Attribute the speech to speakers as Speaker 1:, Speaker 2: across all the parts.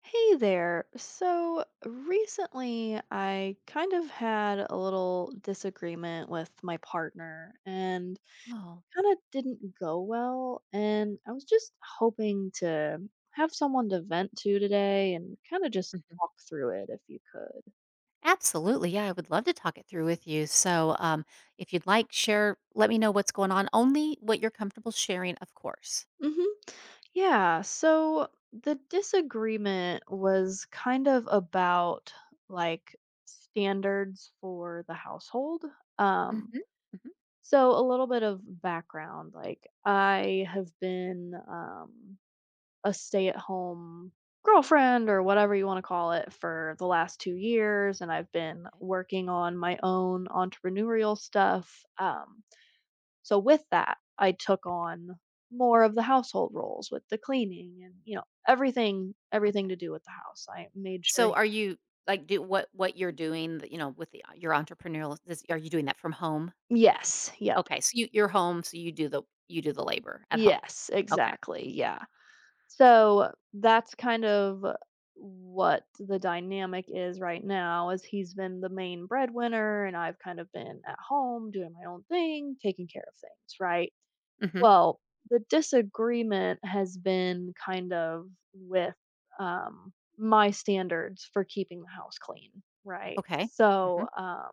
Speaker 1: Hey there. So recently I kind of had a little disagreement with my partner and
Speaker 2: Oh,
Speaker 1: kind of didn't go well. And I was just hoping to have someone to vent to today and kind of just
Speaker 2: mhm.
Speaker 1: walk through it if you could.
Speaker 2: Absolutely. Yeah, I would love to talk it through with you. So, if you'd like, share, let me know what's going on. Only what you're comfortable sharing, of course.
Speaker 1: Hmm, yeah. So the disagreement was kind of about like standards for the household.
Speaker 2: Hmm.
Speaker 1: Um,
Speaker 2: Hmm.
Speaker 1: So a little bit of background, like I have been a stay-at-home girlfriend or whatever you want to call it for the last 2 years, and I've been
Speaker 2: Okay.
Speaker 1: working on my own entrepreneurial stuff. So with that, I took on more of the household roles with the cleaning and everything
Speaker 2: Okay.
Speaker 1: to do with the house. I made sure.
Speaker 2: So, are you like do what you're doing? You know, your entrepreneurial, this, are you doing that from home?
Speaker 1: Yes. Yep.
Speaker 2: Okay. So you're home. So you do the labor at home.
Speaker 1: Yes.
Speaker 2: Okay.
Speaker 1: Exactly. Yeah. So that's kind of what the dynamic is right now is he's been the main breadwinner and I've kind of been at home doing my own thing, taking care of things, right?
Speaker 2: Hmm.
Speaker 1: Well, the disagreement has been kind of with my standards for keeping the house clean, right?
Speaker 2: Okay. Hmm.
Speaker 1: So,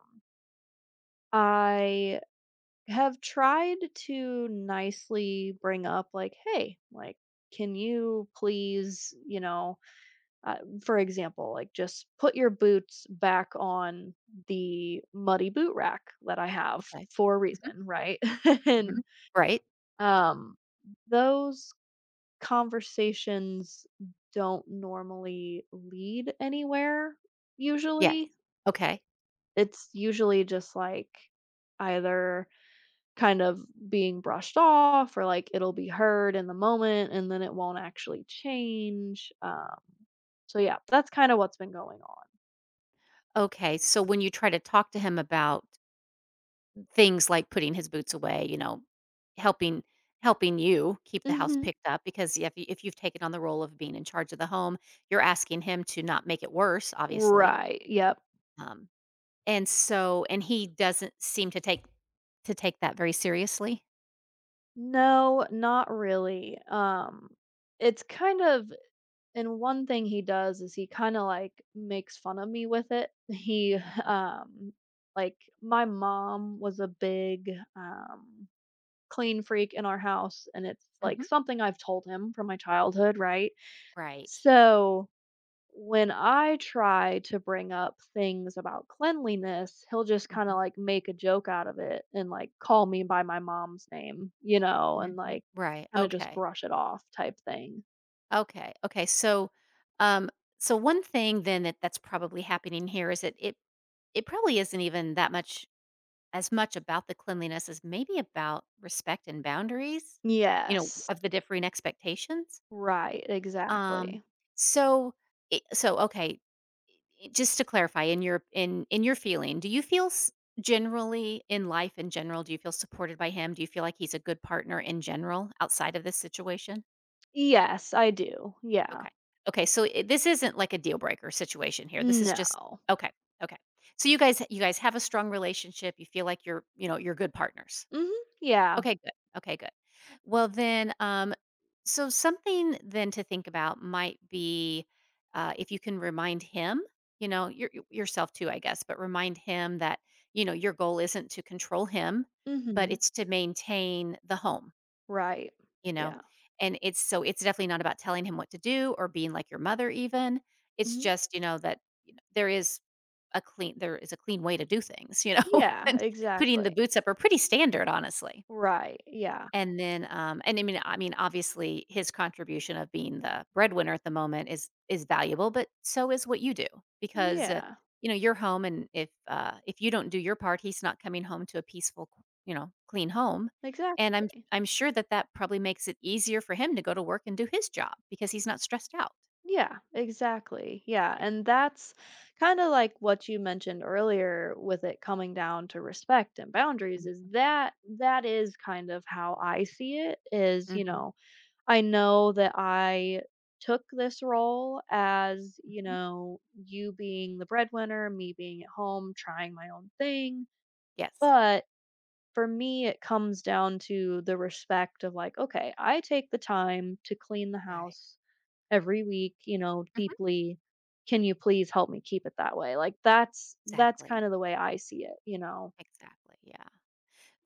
Speaker 1: I have tried to nicely bring up like, hey, like, can you please, uh, for example, like, just put your boots back on the muddy boot rack that I have
Speaker 2: Okay.
Speaker 1: for a
Speaker 2: Hmm.
Speaker 1: reason, right.
Speaker 2: Hmm.
Speaker 1: And
Speaker 2: Right.
Speaker 1: um those conversations don't normally lead anywhere usually.
Speaker 2: Yes. Okay.
Speaker 1: It's usually just like either kind of being brushed off, or like it'll be heard in the moment and then it won't actually change. So yeah, that's kind of what's been going on.
Speaker 2: Okay. So when you try to talk to him about things like putting his boots away, you know, helping helping you keep the house
Speaker 1: Mhm.
Speaker 2: picked up because if you've taken on the role of being in charge of the home, you're asking him to not make it worse, obviously.
Speaker 1: Right. Yep.
Speaker 2: Um, and he doesn't seem to take that very seriously.
Speaker 1: No, not really. It's kind of, and one thing he does is he kind of like makes fun of me with it. He
Speaker 2: Mm,
Speaker 1: um like my mom was a big um clean freak in our house, and it's
Speaker 2: mhm.
Speaker 1: like something I've told him from my childhood, right?
Speaker 2: Right.
Speaker 1: So when I try to bring up things about cleanliness, he'll just kind of
Speaker 2: Mhm,
Speaker 1: like make a joke out of it and like call me by my mom's name, and
Speaker 2: mhm.
Speaker 1: like
Speaker 2: Right,
Speaker 1: kind of just
Speaker 2: okay.
Speaker 1: brush it off type thing.
Speaker 2: Okay, okay, um, so, one thing then that that's probably happening here is that it probably isn't even that much as much about the cleanliness as maybe about respect and boundaries, you know,
Speaker 1: Yes.
Speaker 2: of the differing expectations.
Speaker 1: Right,
Speaker 2: Um,
Speaker 1: exactly.
Speaker 2: so I so, okay, I just to clarify, in your feeling, do you feel s generally in life in general, do you feel supported by him? Do you feel like he's a good partner in general outside of this situation?
Speaker 1: Yes, I do. Yeah.
Speaker 2: Okay. Okay, so I this isn't like a deal breaker situation here. This is just
Speaker 1: No.
Speaker 2: okay, okay. So you guys have a strong relationship, you feel like you're, you know, you're good partners?
Speaker 1: Hmm, yeah.
Speaker 2: Okay, good. Okay, good. Well, then, so something then to think about might be if you can remind him, you know, yourself too, I guess, but remind him that, you know, your goal isn't to control him, but
Speaker 1: Hmm,
Speaker 2: it's to maintain the home,
Speaker 1: right.
Speaker 2: you know.
Speaker 1: Yeah.
Speaker 2: And it's definitely not about telling him what to do or being like your mother, even. It's
Speaker 1: Hmm,
Speaker 2: just, you know, that you know, there is a clean there is a clean way to do things, you know,
Speaker 1: yeah,
Speaker 2: and putting the
Speaker 1: exactly.
Speaker 2: boots up are pretty standard, honestly.
Speaker 1: Right. Yeah.
Speaker 2: And then, and I mean, obviously, his contribution of being the breadwinner at the moment is valuable, but so is what you do because,
Speaker 1: Yeah.
Speaker 2: you know, you're home, and if you don't do your part, he's not coming home to a peaceful, you know, clean home, and I'm
Speaker 1: Exactly.
Speaker 2: I'm sure that that probably makes it easier for him to go to work and do his job because he's not stressed out.
Speaker 1: Yeah, exactly. Yeah.
Speaker 2: Yeah.
Speaker 1: And that's kind of like what you mentioned earlier with it coming down to respect and boundaries
Speaker 2: Mm.
Speaker 1: is that that is kind of how I see it is.
Speaker 2: Mhm.
Speaker 1: I know that I took this role as,
Speaker 2: Mhm.
Speaker 1: you being the breadwinner, me being at home trying my own thing,
Speaker 2: Yes.
Speaker 1: but for me it comes down to the respect of like, okay, I take the time to clean the
Speaker 2: Right.
Speaker 1: house every week,
Speaker 2: Mhm.
Speaker 1: deeply. "Can you please help me keep it that way?" Like, that's
Speaker 2: Exactly.
Speaker 1: kind of the way I see it, you know?
Speaker 2: Exactly. Yeah.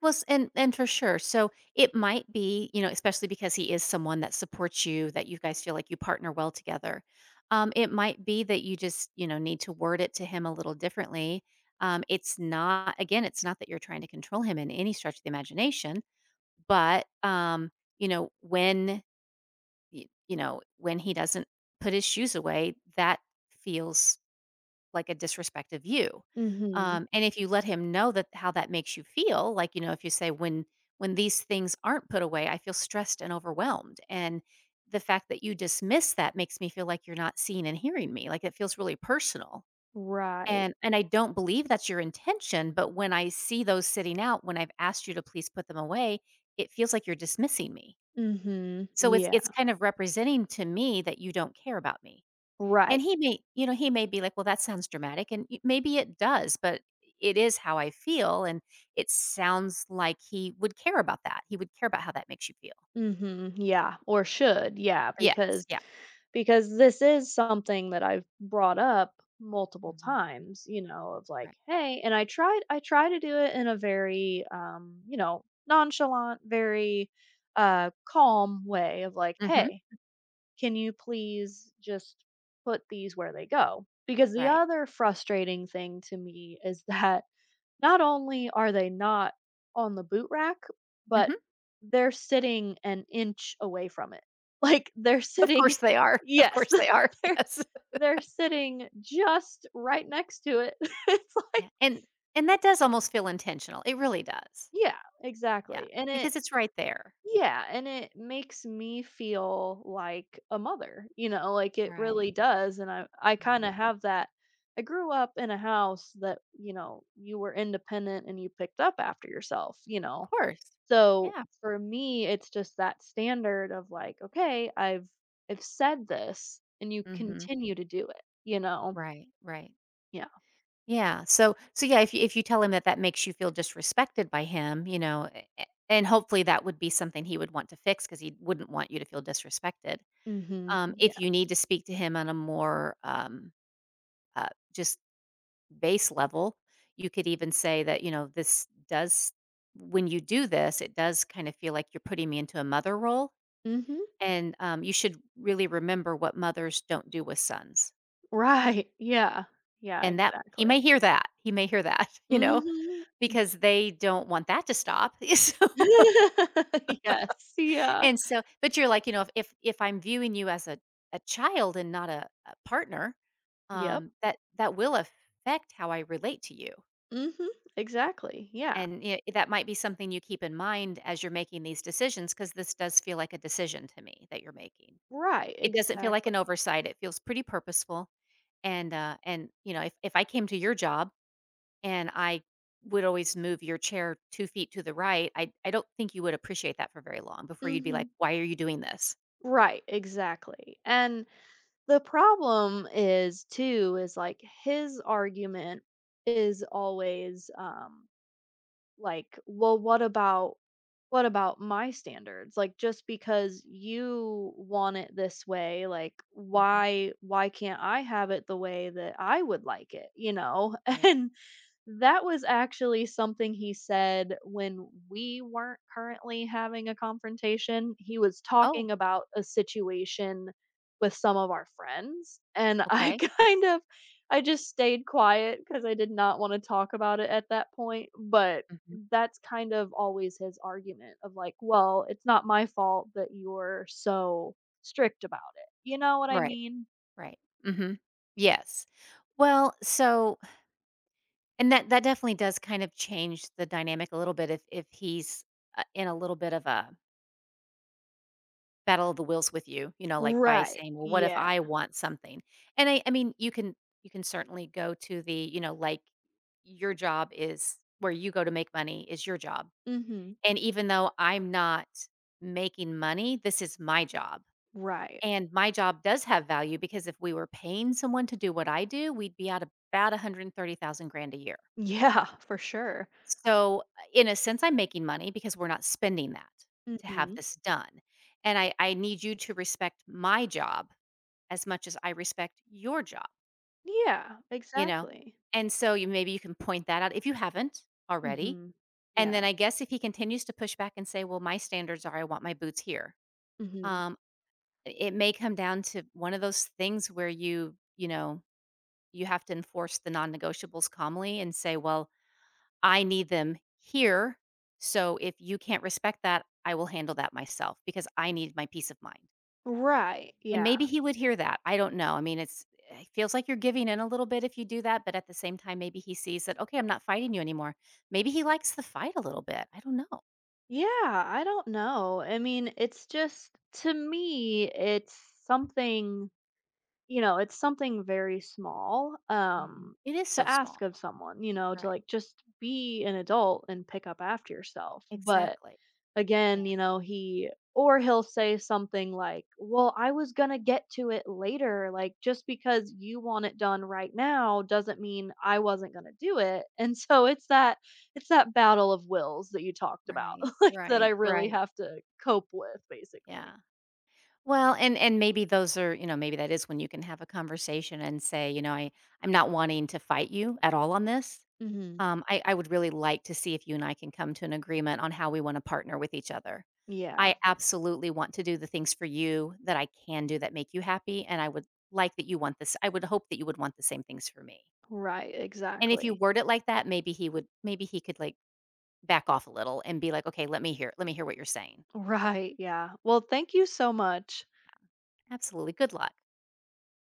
Speaker 2: Well, s and for sure. So it might be, you know, especially because he is someone that supports you, that you guys feel like you partner well together. It might be that you just, you know, need to word it to him a little differently. It's not, again, it's not that you're trying to control him in any stretch of the imagination, but, you know, when he doesn't put his shoes away, that feels like a disrespect of you.
Speaker 1: Mhm.
Speaker 2: And if you let him know that how that makes you feel, like, you know, if you say when these things aren't put away, I feel stressed and overwhelmed. And the fact that you dismiss that makes me feel like you're not seeing and hearing me. Like it feels really personal.
Speaker 1: Right.
Speaker 2: And I don't believe that's your intention, but when I see those sitting out when I've asked you to please put them away, it feels like you're dismissing me.
Speaker 1: Mhm.
Speaker 2: So it's
Speaker 1: Yeah.
Speaker 2: kind of representing to me that you don't care about me. And
Speaker 1: Right.
Speaker 2: he may, you know, he may be like, "Well, that sounds dramatic," and y maybe it does, but it is how I feel, and it sounds like he would care about that. He would care about how that makes you feel.
Speaker 1: Mhm. Yeah, or should. Yeah,
Speaker 2: Yes,
Speaker 1: because
Speaker 2: yeah.
Speaker 1: This is something that I've brought up multiple
Speaker 2: Mhm,
Speaker 1: times, of like,
Speaker 2: right.
Speaker 1: "Hey," and I try to do it in a very, nonchalant, very, calm way of like,
Speaker 2: Mhm,
Speaker 1: "Hey, can you please just put these where they go?" Because the
Speaker 2: right.
Speaker 1: other frustrating thing to me is that not only are they not on the boot rack, but
Speaker 2: Mhm.
Speaker 1: they're sitting an inch away from it. Like, they're
Speaker 2: Of
Speaker 1: sitting,
Speaker 2: course they are. Of
Speaker 1: yes,
Speaker 2: course they are.
Speaker 1: they're
Speaker 2: Yes.
Speaker 1: they're sitting just right next to it. It's like,
Speaker 2: Yeah, and that does almost feel intentional. It really does.
Speaker 1: yeah,
Speaker 2: Yeah,
Speaker 1: exactly. And it
Speaker 2: because it's right there.
Speaker 1: Yeah, and it makes me feel like a mother, like it
Speaker 2: Right,
Speaker 1: really does. And I kind
Speaker 2: right.
Speaker 1: of have that. I grew up in a house that, you were independent and you picked up after yourself, you
Speaker 2: Of
Speaker 1: know.
Speaker 2: course.
Speaker 1: So
Speaker 2: Yeah.
Speaker 1: for me, it's just that standard of like, okay, I've said this and you
Speaker 2: Mhm.
Speaker 1: continue to do it.
Speaker 2: Right, right.
Speaker 1: Yeah.
Speaker 2: Yeah. So yeah, if you tell him that that makes you feel disrespected by him, you know, and hopefully that would be something he would want to fix because he wouldn't want you to feel disrespected.
Speaker 1: Mhm.
Speaker 2: If
Speaker 1: Yeah.
Speaker 2: you need to speak to him on a more uh, just base level, you could even say that you know this does when you do this, it does kind of feel like you're putting me into a mother role,
Speaker 1: Mhm.
Speaker 2: and you should really remember what mothers don't do with sons.
Speaker 1: Right. Yeah. Yeah,
Speaker 2: And that he may
Speaker 1: exactly.
Speaker 2: hear that, he may hear that, you know.
Speaker 1: Mhm.
Speaker 2: Because they don't want that to stop. So
Speaker 1: Yes, yeah.
Speaker 2: and so, but you're like, you know, if if I'm viewing you as a child and not a partner,
Speaker 1: Yep.
Speaker 2: that will affect how I relate to you.
Speaker 1: Mhm. Exactly, yeah.
Speaker 2: And, you know, that might be something you keep in mind as you're making these decisions, because this does feel like a decision to me that you're making.
Speaker 1: Right,
Speaker 2: It doesn't feel like an
Speaker 1: exactly.
Speaker 2: oversight, it feels pretty purposeful. And, you know, if I came to your job and I would always move your chair 2 feet to the right. I don't think you would appreciate that for very long before you'd be like,
Speaker 1: Mhm.
Speaker 2: "Why are you doing this?"
Speaker 1: Right, exactly, and the problem is too, is, like, his argument is always, like, "Well, what about my standards? Like, just because you want it this way, like,
Speaker 2: Mhm.
Speaker 1: why can't I have it the way that I would like it?" You know?
Speaker 2: Right.
Speaker 1: And that was actually something he said when we weren't currently having a confrontation. He was
Speaker 2: Oh,
Speaker 1: talking about a situation with some of our friends, and I
Speaker 2: okay.
Speaker 1: kind of I just stayed quiet because I did not want to talk about it at that point, but
Speaker 2: Mhm.
Speaker 1: that's kind of always his argument of like, well, it's not my fault that you're so strict about it. You know what I
Speaker 2: Right.
Speaker 1: mean?
Speaker 2: Right. Mhm. Yes. Well, so and that definitely does kind of change the dynamic a little bit if he's, in a little bit of a battle of the wills with you, you know, like, by
Speaker 1: Right.
Speaker 2: saying, "Well, what if
Speaker 1: Yeah.
Speaker 2: I want something?" And I mean, you can certainly go to the, you know, like, your job is where you go to make money, is your job.
Speaker 1: Mhm.
Speaker 2: And even though I'm not making money, this is my job.
Speaker 1: Right.
Speaker 2: And my job does have value, because if we were paying someone to do what I do, we'd be at about 130,000 grand a year.
Speaker 1: Yeah, for sure.
Speaker 2: So, in a sense, I'm making money because we're not spending that to have
Speaker 1: Mhm.
Speaker 2: this done. And I need you to respect my job as much as I respect your job,
Speaker 1: Yeah,
Speaker 2: you know?
Speaker 1: exactly.
Speaker 2: And so you maybe you can point that out if you haven't already.
Speaker 1: Mhm.
Speaker 2: And then
Speaker 1: Yeah.
Speaker 2: I guess if he continues to push back and say, well, my standards are I want my boots here.
Speaker 1: Mhm.
Speaker 2: Um, it may come down to one of those things where you know, you have to enforce the non-negotiables calmly and say, "Well, I need them here, so if you can't respect that, I will handle that myself because I need my peace of mind."
Speaker 1: Right,
Speaker 2: And
Speaker 1: yeah.
Speaker 2: maybe he would hear that, I don't know. I mean, it feels like you're giving in a little bit if you do that, but at the same time, maybe he sees that, "Okay, I'm not fighting you anymore." Maybe he likes the fight a little bit, I don't know.
Speaker 1: Yeah, I don't know. I mean, it's just to me, something it's something very small,
Speaker 2: Mhm. It is so
Speaker 1: to ask
Speaker 2: small.
Speaker 1: of someone, to,
Speaker 2: Right,
Speaker 1: like, just be an adult and pick up after yourself, but
Speaker 2: exactly.
Speaker 1: again,
Speaker 2: Yeah.
Speaker 1: he'll say something like, "Well, I was going to get to it later." Like, just because you want it done right now doesn't mean I wasn't going to do it. And so it's that battle of wills that you talked about,
Speaker 2: Right,
Speaker 1: like, that I
Speaker 2: right,
Speaker 1: really
Speaker 2: right.
Speaker 1: have to cope with basically.
Speaker 2: Yeah. Well, and maybe those are, you know, maybe that is when you can have a conversation and say, you know, I'm not wanting to fight you at all on this.
Speaker 1: Hmm,
Speaker 2: I would really like to see if you and I can come to an agreement on how we want to partner with each other.
Speaker 1: yeah,
Speaker 2: I absolutely want to do the things for you that I can do that make you happy, and I would like that you want this. I would hope that you would want the same things for me.
Speaker 1: right,
Speaker 2: And if you
Speaker 1: exactly.
Speaker 2: word it like that, maybe he would, maybe he could like back off a little and be like, okay, let me hear what you're saying.
Speaker 1: Right, yeah. Well, thank you so much.
Speaker 2: Absolutely. Good luck.